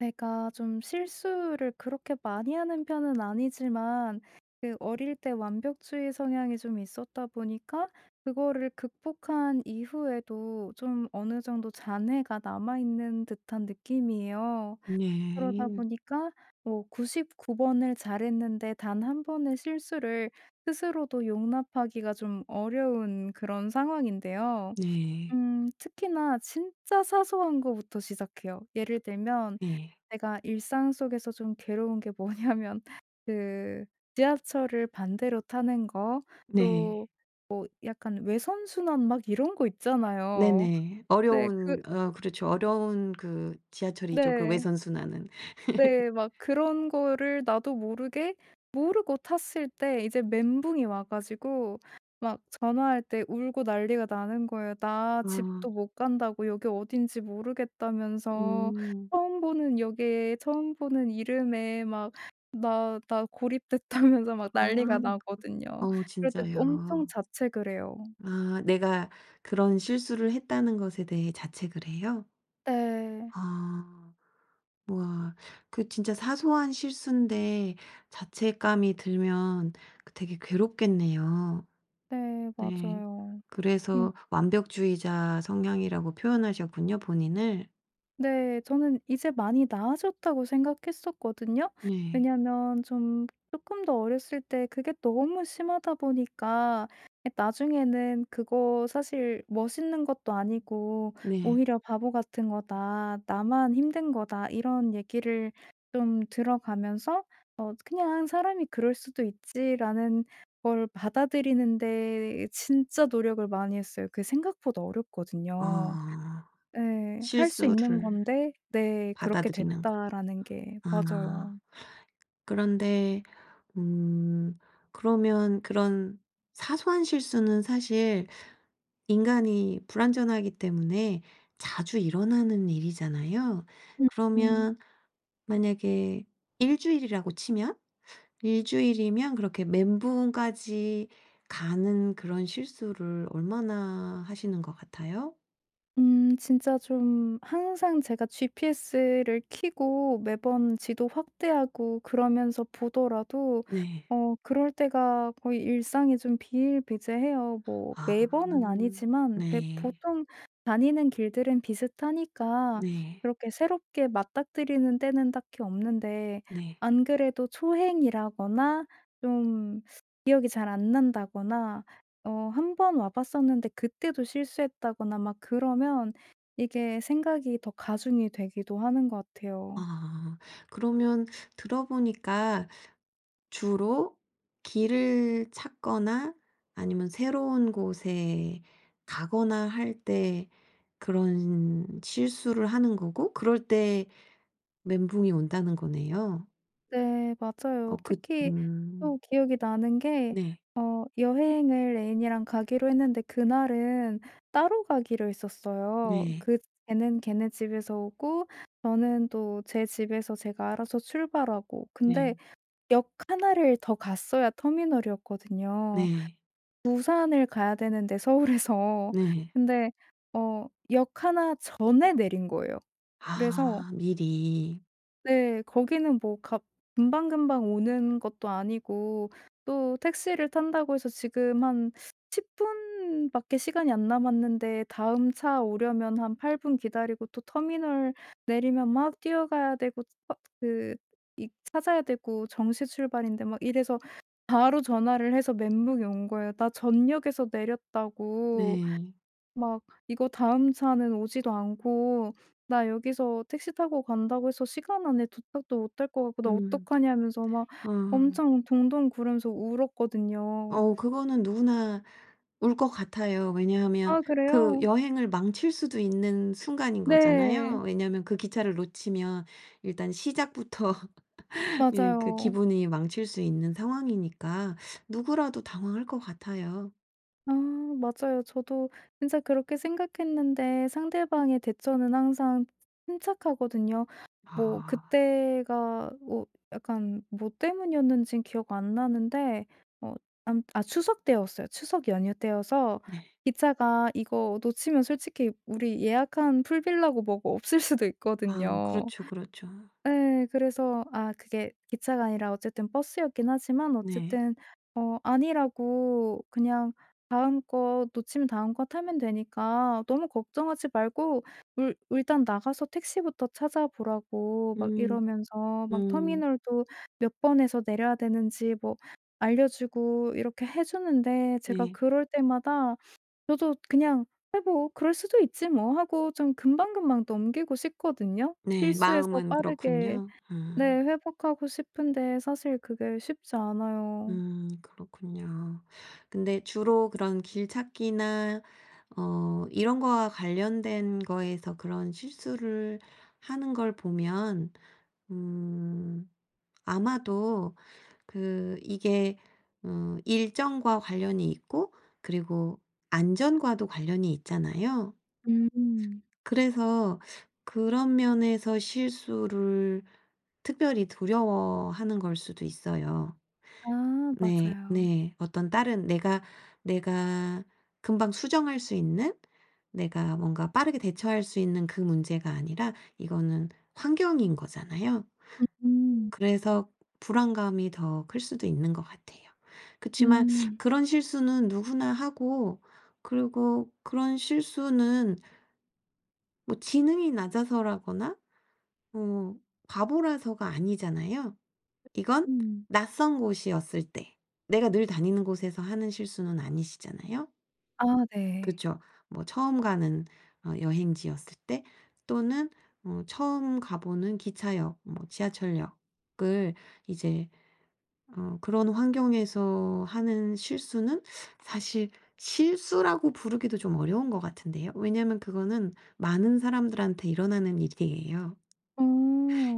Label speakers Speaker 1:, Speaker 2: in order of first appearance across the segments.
Speaker 1: 제가 좀 실수를 그렇게 많이 하는 편은 아니지만 그 어릴 때 완벽주의 성향이 좀 있었다 보니까 그거를 극복한 이후에도 좀 어느 정도 잔해가 남아있는 듯한 느낌이에요. 그러다
Speaker 2: 네.
Speaker 1: 보니까 뭐 99번 번을 잘했는데 단 한 번의 실수를 스스로도 용납하기가 좀 어려운 그런 상황인데요.
Speaker 2: 네.
Speaker 1: 특히나 진짜 사소한 거부터 시작해요. 예를 들면
Speaker 2: 네.
Speaker 1: 제가 일상 속에서 좀 괴로운 게 뭐냐면 그 지하철을 반대로 타는 거,
Speaker 2: 네.
Speaker 1: 또 뭐 약간 외선 순환 막 이런 거 있잖아요.
Speaker 2: 네네.
Speaker 1: 네.
Speaker 2: 어려운 그렇죠. 어려운 그 지하철이죠. 그
Speaker 1: 네.
Speaker 2: 외선 순환은.
Speaker 1: 네. 막 그런 거를 나도 모르게 모르고 탔을 때 이제 멘붕이 와 가지고 막 전화할 때 울고 난리가 나는 거예요. "나
Speaker 2: 아.
Speaker 1: 집도 못 간다고, 여기 어딘지 모르겠다면서
Speaker 2: 음.
Speaker 1: 처음 보는 역에 처음 보는 이름에 막 나 고립됐다면서." 막
Speaker 2: 아.
Speaker 1: 난리가 나거든요.
Speaker 2: 어
Speaker 1: 그럴 때 또 엄청
Speaker 2: 진짜요.
Speaker 1: 자책을 해요.
Speaker 2: 아 내가 그런 실수를 했다는 것에 대해 자책을 해요?
Speaker 1: 네.
Speaker 2: 아. 우와. 그 진짜 사소한 실수인데 자책감이 들면 그 되게 괴롭겠네요.
Speaker 1: 네.
Speaker 2: 네.
Speaker 1: 맞아요. 음,
Speaker 2: 그래서 완벽주의자 성향이라고 표현하셨군요, 본인을.
Speaker 1: 네. 저는 이제 많이 나아졌다고 생각했었거든요.
Speaker 2: 네.
Speaker 1: 왜냐면 좀 조금 더 어렸을 때 그게 너무 심하다 보니까, 예 나중에는 '그거 사실 멋있는 것도 아니고
Speaker 2: 네.
Speaker 1: 오히려 바보 같은 거다. 나만 힘든 거다.' 이런 얘기를 좀 들어가면서 '그냥 사람이 그럴 수도 있지.'라는 걸 받아들이는 데 진짜 노력을 많이 했어요. 그게 생각보다 어렵거든요.
Speaker 2: 아.
Speaker 1: 예. 할 수 있는
Speaker 2: 실수를
Speaker 1: 건데 네 그렇게
Speaker 2: 받아들이는 거.
Speaker 1: 됐다라는 게
Speaker 2: 아.
Speaker 1: 맞아요.
Speaker 2: 그런데 음 그러면 그런 사소한 실수는 사실 인간이 불완전하기 때문에 자주 일어나는 일이잖아요.
Speaker 1: 음.
Speaker 2: 그러면 만약에 일 주일이라고 치면 일주일이면 그렇게 멘붕까지 가는 그런 실수를 얼마나 하시는 것 같아요?
Speaker 1: 진짜 좀 항상 제가 GPS를 켜고 매번 지도 확대하고 그러면서 보더라도
Speaker 2: 네.
Speaker 1: 그럴 때가 거의 일상이 좀 비일비재해요. 뭐
Speaker 2: 아.
Speaker 1: 매번은 아니지만 매
Speaker 2: 네.
Speaker 1: 보통 다니는 길들은 비슷하니까
Speaker 2: 네.
Speaker 1: 그렇게 새롭게 맞닥뜨리는 때는 딱히 없는데,
Speaker 2: 네.
Speaker 1: 안 그래도 초행이라거나 좀 기억이 잘 안 난다거나 한 번 와 봤었는데 그때도 실수했다거나 막 그러면 이게 생각이 더 가중이 되기도 하는 것 같아요.
Speaker 2: 아. 그러면 들어보니까 주로 길을 찾거나 아니면 새로운 곳에 가거나 할 때 그런 실수를 하는 거고 그럴 때 멘붕이 온다는 거네요.
Speaker 1: 네
Speaker 2: 어
Speaker 1: 맞아요.
Speaker 2: 그
Speaker 1: 특히
Speaker 2: 음.
Speaker 1: 또 기억이 나는 게,
Speaker 2: 네.
Speaker 1: 여행을 애인이랑 가기로 했는데 그날은 따로 가기로 했었어요.
Speaker 2: 네.
Speaker 1: 걔는 걔네 집에서 오고 저는 또 제 집에서 제가 알아서 출발하고, 근데
Speaker 2: 네.
Speaker 1: 역 하나를 더 갔어야 터미널이었거든요.
Speaker 2: 네.
Speaker 1: 부산을 가야 되는데 서울에서.
Speaker 2: 네.
Speaker 1: 근데 어 역 하나 전에 내린 거예요. 그래서,
Speaker 2: 아 미리.
Speaker 1: 네, 거기는 뭐 갑 금방금방 오는 것도 아니고, 또 택시를 탄다고 해서 지금 한 10분 분밖에 시간이 안 남았는데 다음 차 오려면 한 8분 기다리고 또 터미널 내리면 막 뛰어가야 되고 차- 그 이 찾아야 되고 정시 출발인데 막 이래서 바로 전화를 해서 멘붕이 온 거예요. "나 전역에서 내렸다고."
Speaker 2: 네.
Speaker 1: 막 "이거 다음 차는 오지도 않고 나 여기서 택시 타고 간다고 해서 시간 안에 도착도 못할 것 같고 나
Speaker 2: 음.
Speaker 1: 어떡하냐."면서 막
Speaker 2: 아.
Speaker 1: 엄청 동동 구르면서 울었거든요.
Speaker 2: 어 그거는 누구나 울 것 같아요. 왜냐하면
Speaker 1: 아
Speaker 2: 그
Speaker 1: 그래요?
Speaker 2: 여행을 망칠 수도 있는 순간인
Speaker 1: 네.
Speaker 2: 거잖아요. 왜냐하면 그 기차를 놓치면 일단 시작부터 예 그
Speaker 1: 맞아요.
Speaker 2: 기분이 망칠 수 있는 상황이니까 누구라도 당황할 것 같아요.
Speaker 1: 아 맞아요. 저도 진짜 그렇게 생각했는데 상대방의 대처는 항상 침착하거든요. 뭐
Speaker 2: 아
Speaker 1: 그때가 뭐 약간 뭐 때문이었는진 기억 안 나는데, 어 암 아 추석 때였어요. 추석 연휴 때여서
Speaker 2: 네.
Speaker 1: 기차가 이거 놓치면 솔직히 우리 예약한 풀빌라고 뭐고 없을 수도
Speaker 2: 아
Speaker 1: 있거든요.
Speaker 2: 그렇죠, 그렇죠.
Speaker 1: 예. 그래서 아 그게 기차가 아니라 어쨌든 버스였긴 하지만
Speaker 2: 네.
Speaker 1: 어쨌든 아니라고, 그냥 "다음 거 놓치면 다음 거 타면 되니까 너무 걱정하지 말고 울 일단 나가서 택시부터 찾아보라."고 막
Speaker 2: 음.
Speaker 1: 이러면서 막
Speaker 2: 음.
Speaker 1: 터미널도 몇 번에서 내려야 되는지 뭐 알려 주고 이렇게 해 주는데, 제가
Speaker 2: 네.
Speaker 1: 그럴 때마다 저도 그냥 '아 뭐 그럴 수도 있지 뭐.' 하고 좀 금방금방 넘기고 싶거든요.
Speaker 2: 네.
Speaker 1: 실수해서
Speaker 2: 마음은
Speaker 1: 빠르게,
Speaker 2: 그렇군요.
Speaker 1: 네,
Speaker 2: 음.
Speaker 1: 회복하고 싶은데 사실 그게 쉽지 않아요.
Speaker 2: 그렇군요. 근데 주로 그런 길 찾기나 어 이런 거와 관련된 거에서 그런 실수를 하는 걸 보면 음 아마도 그 이게 어 일정과 관련이 있고 그리고 안전과도 관련이 있잖아요.
Speaker 1: 음.
Speaker 2: 그래서 그런 면에서 실수를 특별히 두려워하는 걸 수도 있어요.
Speaker 1: 아
Speaker 2: 네.
Speaker 1: 맞아요.
Speaker 2: 네. 어떤 다른 내가 내가 금방 수정할 수 있는 내가 뭔가 빠르게 대처할 수 있는 그 문제가 아니라 이거는 환경인 거잖아요.
Speaker 1: 음.
Speaker 2: 그래서 불안감이 더 클 수도 있는 것 같아요. 그치만
Speaker 1: 음.
Speaker 2: 그런 실수는 누구나 하고 그리고 그런 실수는 뭐 지능이 낮아서라거나 어 바보라서가 아니잖아요. 이건
Speaker 1: 음.
Speaker 2: 낯선 곳이었을 때 내가 늘 다니는 곳에서 하는 실수는 아니시잖아요.
Speaker 1: 아 네.
Speaker 2: 그쵸. 뭐 처음 가는 어 여행지였을 때 또는 어 처음 가 보는 기차역 뭐 지하철역을 이제 어 그런 환경에서 하는 실수는 사실 실수라고 부르기도 좀 어려운 것 같은데요. 왜냐면 하 그거는 많은 사람들한테 일어나는 일이에요.
Speaker 1: 어.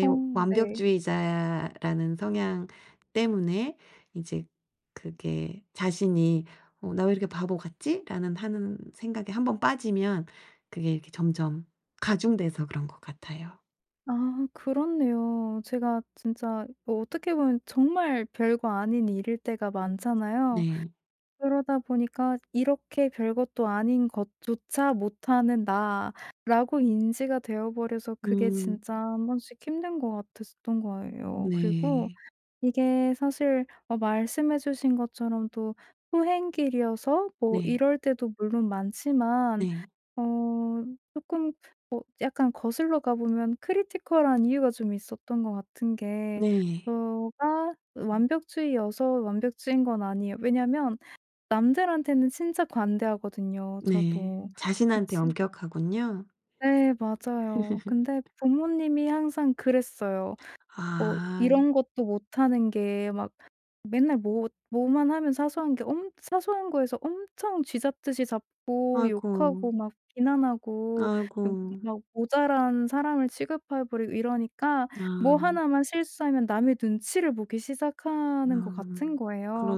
Speaker 1: 어 네.
Speaker 2: 완벽주의자라는 성향 때문에 이제 그게 자신이 '어 나 왜 이렇게 바보 같지?'라는 하는 생각에 한 번 빠지면 그게 이렇게 점점 가중돼서 그런 것 같아요.
Speaker 1: 아 그렇네요. 제가 진짜 뭐 어떻게 보면 정말 별거 아닌 일일 때가
Speaker 2: 음.
Speaker 1: 많잖아요.
Speaker 2: 네.
Speaker 1: 그러다 보니까 이렇게 별것도 아닌 것조차 못하는 나라고 인지가 되어 버려서 그게
Speaker 2: 음.
Speaker 1: 진짜 한 번씩 힘든 것 같았던
Speaker 2: 음.
Speaker 1: 거예요. 그리고
Speaker 2: 네.
Speaker 1: 이게 사실 말씀해 주신 것처럼 또 후행길이어서 뭐
Speaker 2: 네.
Speaker 1: 이럴 때도 물론 많지만,
Speaker 2: 네.
Speaker 1: 어금뭐 약간 거슬러 가 보면 크리티컬한 이유가 좀 있었던 것 같은 게,
Speaker 2: 네.
Speaker 1: 저가 완벽주의여서 완벽주의인 건 아니에요. 왜냐면 남들한테는 진짜 관대하거든요
Speaker 2: 네.
Speaker 1: 저도.
Speaker 2: 음. 자신한테
Speaker 1: 그치
Speaker 2: 엄격하군요. 네.
Speaker 1: 네 맞아요. 근데 부모님이 항상 그랬어요. 뭐
Speaker 2: 아.
Speaker 1: 이런 것도 못하는 게, 막 맨날 뭐 뭐만 하면 사소한 게 엄 사소한 거에서 엄청 쥐잡듯이 잡고
Speaker 2: 아이고.
Speaker 1: 욕하고 막 비난하고
Speaker 2: 아이고.
Speaker 1: 막 모자란 사람을 취급해 버리고 이러니까,
Speaker 2: 아.
Speaker 1: 뭐 하나만 실수하면 남의 눈치를 보기 시작하는 것 같은
Speaker 2: 아
Speaker 1: 거예요.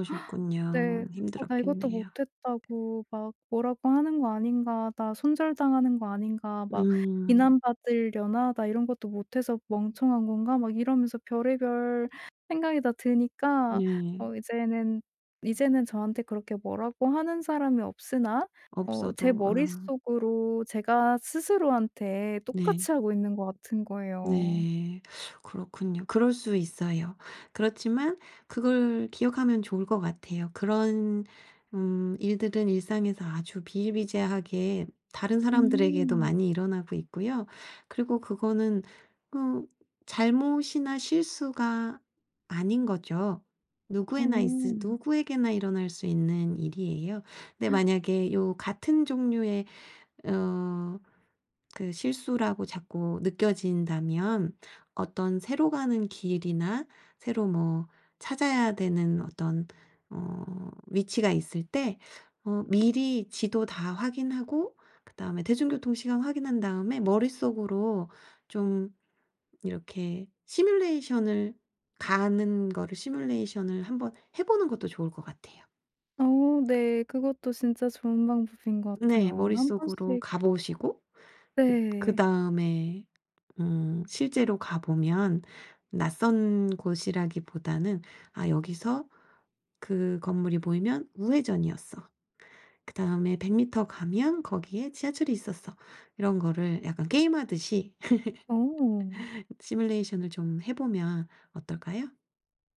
Speaker 1: 네. "어 나 이것도
Speaker 2: 힘들었겠네요.
Speaker 1: 못했다고 막 뭐라고 하는 거 아닌가. 나 손절당하는 거 아닌가. 막
Speaker 2: 음
Speaker 1: 비난받으려나? 나 이런 것도 못해서 멍청한 건가?" 막 이러면서 별의별 생각이 다 드니까,
Speaker 2: 네.
Speaker 1: 어 이제는 이제는 저한테 그렇게 뭐라고 하는 사람이 없으나 제
Speaker 2: 없어도 아
Speaker 1: 머릿속으로 제가 스스로한테
Speaker 2: 네.
Speaker 1: 똑같이 하고 있는 것 같은 거예요.
Speaker 2: 네. 그렇군요. 그럴 수 있어요. 그렇지만 그걸 기억하면 좋을 것 같아요. 그런 일들은 일상에서 아주 비일비재하게 다른 사람들에게도
Speaker 1: 음.
Speaker 2: 많이 일어나고 있고요. 그리고 그거는 그 잘못이나 실수가 아닌 거죠. 누구에나 있
Speaker 1: 음
Speaker 2: 누구에게나 일어날 수 있는 일이에요. 근데 만약에 요 같은 종류의 어 그 실수라고 자꾸 느껴진다면 어떤 새로 가는 길이나 새로 뭐 찾아야 되는 어떤 어 위치가 있을 때 어 미리 지도 다 확인하고 그다음에 대중교통 시간 확인한 다음에 머릿속으로 좀 이렇게 시뮬레이션을 가는 거를 시뮬레이션을 한번 해 보는 것도 좋을 것 같아요.
Speaker 1: 어 네. 그것도 진짜 좋은 방법인 것
Speaker 2: 네.
Speaker 1: 같아요. 한
Speaker 2: 머릿속으로
Speaker 1: 번씩.
Speaker 2: 가 보시고 그
Speaker 1: 네.
Speaker 2: 다에 실제로 가 보면 낯선 곳이라기보다는 '아 여기서 그 건물이 보이면 우회전이었어.' 그다음에 '100미터 미터 가면 거기에 지하철이 있었어.' 이런 거를 약간 게임하듯이
Speaker 1: 어.
Speaker 2: 시뮬레이션을 좀 해 보면 어떨까요?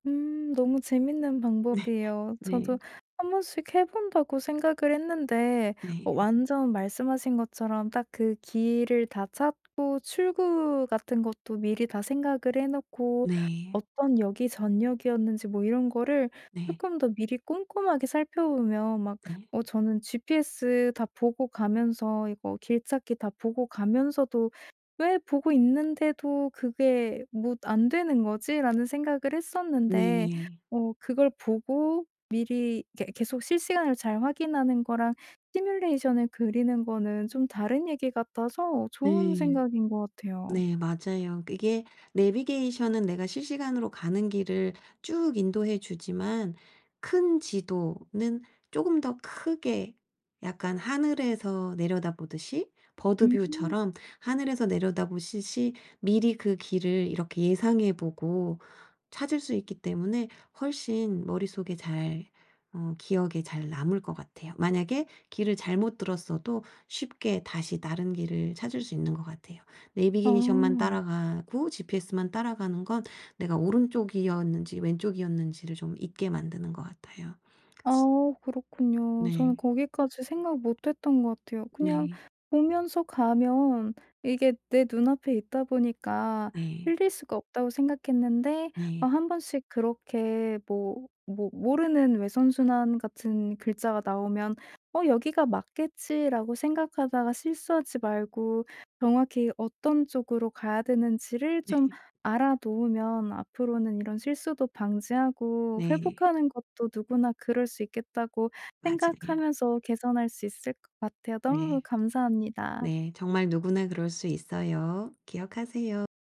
Speaker 1: 너무 재밌는
Speaker 2: 네.
Speaker 1: 방법이에요. 저도
Speaker 2: 네.
Speaker 1: 한 번씩 해 본다고 생각을 했는데
Speaker 2: 네.
Speaker 1: 완전 말씀하신 것처럼 딱 그 길을 다 찾고 출구 같은 것도 미리 다 생각을 해 놓고
Speaker 2: 네.
Speaker 1: 어떤 역이 전역이었는지 뭐 이런 거를
Speaker 2: 네.
Speaker 1: 조금 더 미리 꼼꼼하게 살펴보면 막,
Speaker 2: 네.
Speaker 1: 저는 GPS 다 보고 가면서 이거 길 찾기 다 보고 가면서도 '왜 보고 있는데도 그게 못 안 되는 거지?'라는 생각을 했었는데,
Speaker 2: 네.
Speaker 1: 그걸 보고 미리 이렇게 계속 실시간으로 잘 확인하는 거랑 시뮬레이션을 그리는 거는 좀 다른 얘기 같아서 좋은
Speaker 2: 네.
Speaker 1: 생각인 것 같아요.
Speaker 2: 네 맞아요. 그게 내비게이션은 내가 실시간으로 가는 길을 쭉 인도해 주지만 큰 지도는 조금 더 크게 약간 하늘에서 내려다보듯이
Speaker 1: 음.
Speaker 2: 버드뷰처럼 하늘에서 내려다보듯시 미리 그 길을 이렇게 예상해 보고 찾을 수 있기 때문에 훨씬 머릿속에 잘 어 기억에 잘 남을 것 같아요. 만약에 길을 잘못 들었어도 쉽게 다시 다른 길을 찾을 수 있는 것 같아요. 내비게이션만
Speaker 1: 아.
Speaker 2: 따라가고 GPS만 따라가는 건 내가 오른쪽이었는지 왼쪽이었는지를 좀 잊게 만드는 것 같아요.
Speaker 1: 아 그렇군요. 저는
Speaker 2: 네.
Speaker 1: 거기까지 생각 못 했던 것 같아요. 그냥
Speaker 2: 네.
Speaker 1: 보면서 가면 이게 내 눈앞에 있다 보니까
Speaker 2: 네.
Speaker 1: 틀릴 수가 없다고 생각했는데, 아
Speaker 2: 네.
Speaker 1: 한 번씩 그렇게 뭐 뭐 모르는 외선순환 같은 글자가 나오면 '어 여기가 맞겠지.'라고 생각하다가 실수하지 말고 정확히 어떤 쪽으로 가야 되는지를
Speaker 2: 네.
Speaker 1: 좀 알아놓으면 앞으로는 이런 실수도 방지하고,
Speaker 2: 네.
Speaker 1: 회복하는 것도 누구나 그럴 수 있겠다고
Speaker 2: 맞아요.
Speaker 1: 생각하면서 개선할 수 있을 것 같아요. 너무
Speaker 2: 네.
Speaker 1: 감사합니다.
Speaker 2: 네. 정말 누구나 그럴 수 있어요. 기억하세요.